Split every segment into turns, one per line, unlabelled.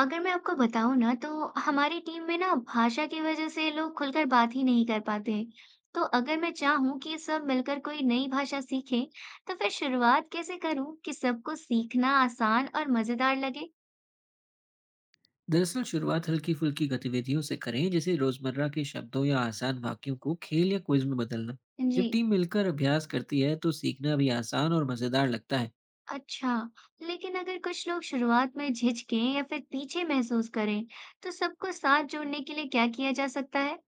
अगर मैं आपको बताऊँ ना तो हमारी टीम में ना भाषा की वजह से लोग खुलकर बात ही नहीं कर पाते। तो अगर मैं चाहूँ कि सब मिलकर कोई नई भाषा सीखें, तो फिर शुरुआत कैसे करूँ कि सबको सीखना आसान और मजेदार लगे?
दरअसल शुरुआत हल्की फुल्की गतिविधियों से करें जैसे रोजमर्रा के शब्दों या आसान वाक्यों को खेल या क्विज में बदलना। जब
जी।
टीम मिलकर अभ्यास करती है तो सीखना भी आसान और मजेदार लगता है।
अच्छा। लेकिन अगर कुछ लोग शुरुआत में झिझकें या फिर पीछे महसूस करें, तो सबको साथ जोड़ने के लिए क्या किया जा सकता है?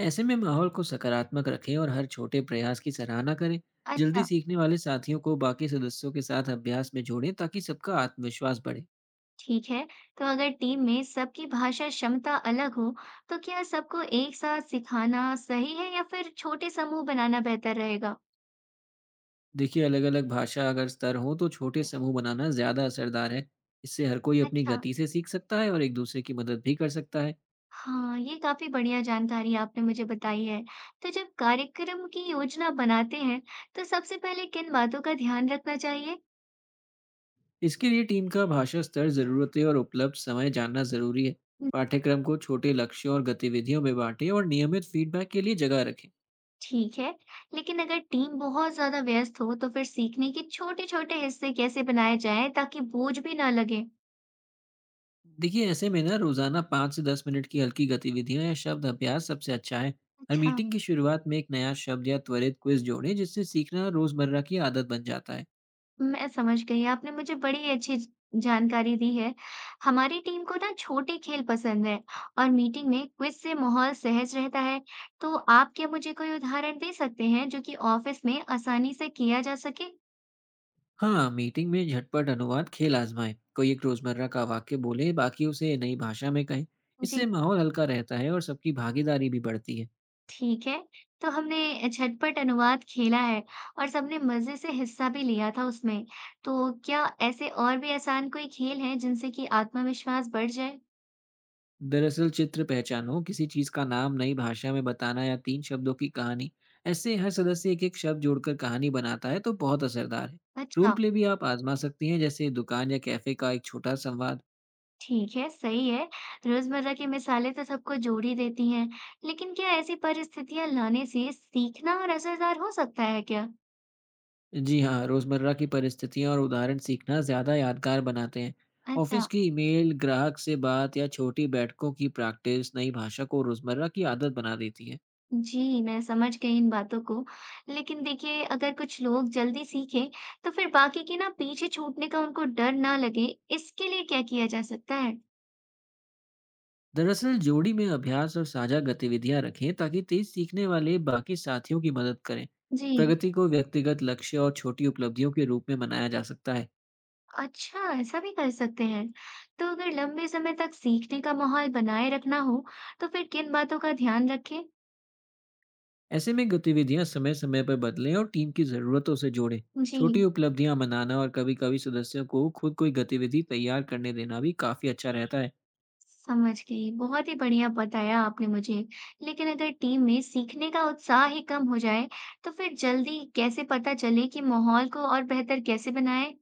ऐसे में माहौल को सकारात्मक रखें और हर छोटे प्रयास की सराहना करें। जल्दी
अच्छा।
सीखने वाले साथियों को बाकी सदस्यों के साथ अभ्यास में जोड़ें ताकि सबका आत्मविश्वास बढ़े।
ठीक है। तो अगर टीम में सबकी भाषा क्षमता अलग हो तो क्या सबको एक साथ सिखाना सही है या फिर छोटे समूह बनाना बेहतर रहेगा?
देखिए अलग अलग भाषा अगर स्तर हो तो छोटे समूह बनाना ज्यादा असरदार है। इससे हर कोई अपनी
अच्छा।
गति से सीख सकता है और एक दूसरे की मदद भी कर सकता है।
हाँ, ये काफी बढ़िया जानकारी आपने मुझे बताई है। तो जब कार्यक्रम की योजना बनाते हैं तो सबसे पहले किन बातों का ध्यान रखना चाहिए?
इसके लिए टीम का भाषा स्तर, ज़रूरतें और उपलब्ध समय जानना ज़रूरी है। पाठ्यक्रम को छोटे लक्ष्यों और गतिविधियों में बांटें और नियमित फीडबैक के लिए जगह रखें।
ठीक है। लेकिन अगर टीम बहुत ज्यादा व्यस्त हो तो फिर सीखने के छोटे छोटे हिस्से कैसे बनाए जाएं ताकि बोझ भी ना लगे?
देखिए, ऐसे में ना रोज़ाना 5 से 10 मिनट की हल्की गतिविधियां या शब्द अभ्यास सबसे अच्छा है। हर
अच्छा।
मीटिंग की शुरुआत में एक नया शब्द या त्वरित क्विज जोड़ें, जिससे सीखना रोज़मर्रा की आदत बन जाता है।
मैं समझ गई। आपने मुझे बड़ी अच्छी ज जानकारी दी है। हमारी टीम को ना छोटे खेल पसंद हैं और मीटिंग में क्विज़ से माहौल सहज रहता है। तो आप क्या मुझे कोई उदाहरण दे सकते हैं जो कि ऑफ़िस में आसानी से किया जा सके?
हाँ, मीटिंग में झटपट अनुवाद खेल आजमाएं। कोई एक रोज़मर्रा का वाक्य बोले, बाकी उसे नई भाषा में कहें।
जी,
इससे माहौल हल्का रहता है और सबकी भागीदारी भी बढ़ती है।
ठीक है। तो हमने झटपट अनुवाद खेला है और सबने मज़े से हिस्सा भी लिया था उसमें। तो क्या ऐसे और भी आसान कोई खेल हैं जिनसे कि आत्मविश्वास बढ़ जाए?
दरअसल चित्र पहचानो किसी चीज का नाम नई भाषा में बताना या तीन शब्दों की कहानी। ऐसे हर सदस्य एक एक शब्द जोड़कर कहानी बनाता है तो बहुत असरदार है। रोल
अच्छा।
प्ले भी आप आजमा सकती हैं जैसे दुकान या कैफे का एक छोटा संवाद।
ठीक है, सही है। रोज़मर्रा की मिसालें तो सबको जोड़ ही देती हैं, लेकिन क्या ऐसी परिस्थितियाँ लाने से सीखना और असरदार हो सकता है क्या?
जी हाँ, रोजमर्रा की परिस्थितियां और उदाहरण सीखना ज्यादा यादगार बनाते हैं।
अच्छा।
ऑफिस की ईमेल, ग्राहक से बात या छोटी बैठकों की प्रैक्टिस नई भाषा को रोजमर्रा की आदत बना देती है।
जी, मैं समझ गई इन बातों को। लेकिन देखिए, अगर कुछ लोग जल्दी सीखें, तो फिर बाकी के ना पीछे छूटने का उनको डर ना लगे, इसके लिए क्या किया जा सकता है?
दरअसल जोड़ी में अभ्यास और साझा गतिविधियां रखें ताकि तेज सीखने वाले बाकी साथियों की मदद करें।
जी।
प्रगति को व्यक्तिगत लक्ष्य और छोटी उपलब्धियों के रूप में मनाया जा सकता है।
अच्छा, ऐसा भी कर सकते हैं। तो अगर लंबे समय तक सीखने का माहौल बनाए रखना हो, तो फिर किन बातों का ध्यान रखें?
ऐसे में गतिविधियां समय समय पर बदलें और टीम की ज़रूरतों से जोड़ें।
जी।
छोटी उपलब्धियां मनाना और कभी कभी सदस्यों को खुद कोई गतिविधि तैयार करने देना भी काफ़ी अच्छा रहता है।
समझ गई। बहुत ही बढ़िया बताया आपने मुझे। लेकिन अगर टीम में सीखने का उत्साह ही कम हो जाए, तो फिर जल्दी कैसे पता चले कि माहौल को और बेहतर कैसे बनाएं?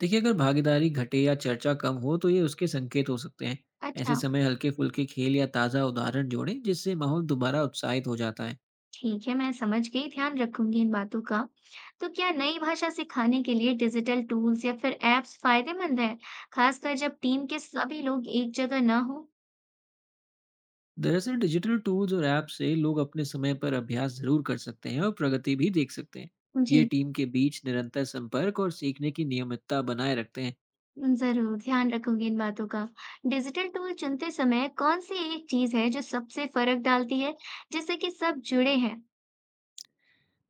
देखिए अगर भागीदारी घटे या चर्चा कम हो तो ये उसके संकेत हो सकते हैं।
अच्छा।
ऐसे समय हल्के फुल्के खेल या ताज़ा उदाहरण जोड़ें जिससे माहौल दोबारा उत्साहित हो जाता है।
ठीक है, मैं समझ गई, ध्यान रखूंगी इन बातों का। तो क्या नई भाषा सिखाने के लिए डिजिटल टूल्स या फिर ऐप्स फायदेमंद हैं, खासकर जब टीम के सभी लोग एक जगह ना हो?
दरअसल डिजिटल टूल्स और ऐप से लोग अपने समय पर अभ्यास जरूर कर सकते हैं और प्रगति भी देख सकते हैं। ये
जी।
टीम के बीच निरंतर संपर्क और सीखने की नियमितता बनाए रखते हैं।
जरूर ध्यान रखूंगी इन बातों का। डिजिटल टूल चुनते समय कौन सी एक चीज है जो सबसे फर्क डालती है, जिससे कि सब जुड़े हैं?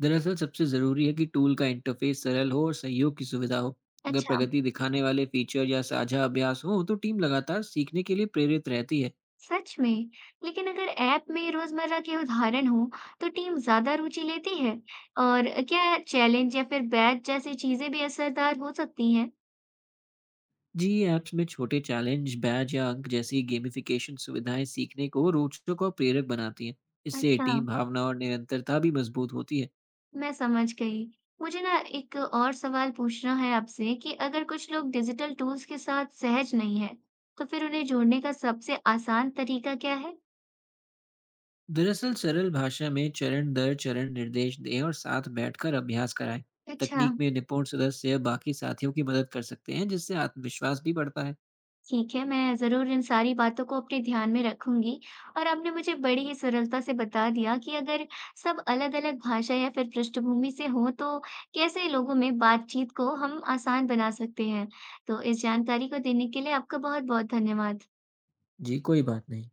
दरअसल सबसे ज़रूरी है कि टूल का इंटरफेस सरल हो और सहयोग की सुविधा हो। अगर
अच्छा,
प्रगति दिखाने वाले फीचर या साझा अभ्यास हो तो टीम लगातार सीखने के लिए प्रेरित रहती है।
सच में। लेकिन अगर ऐप में रोजमर्रा के उदाहरण हो, तो टीम ज्यादा रुचि लेती है। और क्या चैलेंज या फिर बैच जैसी चीजें भी असरदार हो सकती हैं?
जी, ऐप्स में छोटे चैलेंज, बैज या अंक जैसी गेमिफिकेशन सुविधाएं सीखने को रोचक और प्रेरक बनाती हैं। इससे
अच्छा।
टीम भावना और निरंतरता भी मजबूत होती है।
मैं समझ गई। मुझे ना एक और सवाल पूछना है आपसे कि अगर कुछ लोग डिजिटल टूल्स के साथ सहज नहीं है, तो फिर उन्हें जोड़ने का सबसे आसान तरीका क्या है?
दरअसल सरल भाषा में चरण दर चरण निर्देश दें और साथ बैठकर अभ्यास कराएं।
अच्छा,
तकनीक में निपुण सदस्य बाकी साथियों की मदद कर सकते हैं जिससे आत्मविश्वास भी बढ़ता है।
ठीक है, मैं ज़रूर इन सारी बातों को अपने ध्यान में रखूंगी और आपने मुझे बड़ी ही सरलता से बता दिया कि अगर सब अलग-अलग भाषा या फिर पृष्ठभूमि से हो, तो कैसे लोगों में बातचीत को हम आसान बना सकते हैं। तो इस जानकारी को देने के लिए आपका बहुत-बहुत धन्यवाद।
जी, कोई बात नहीं।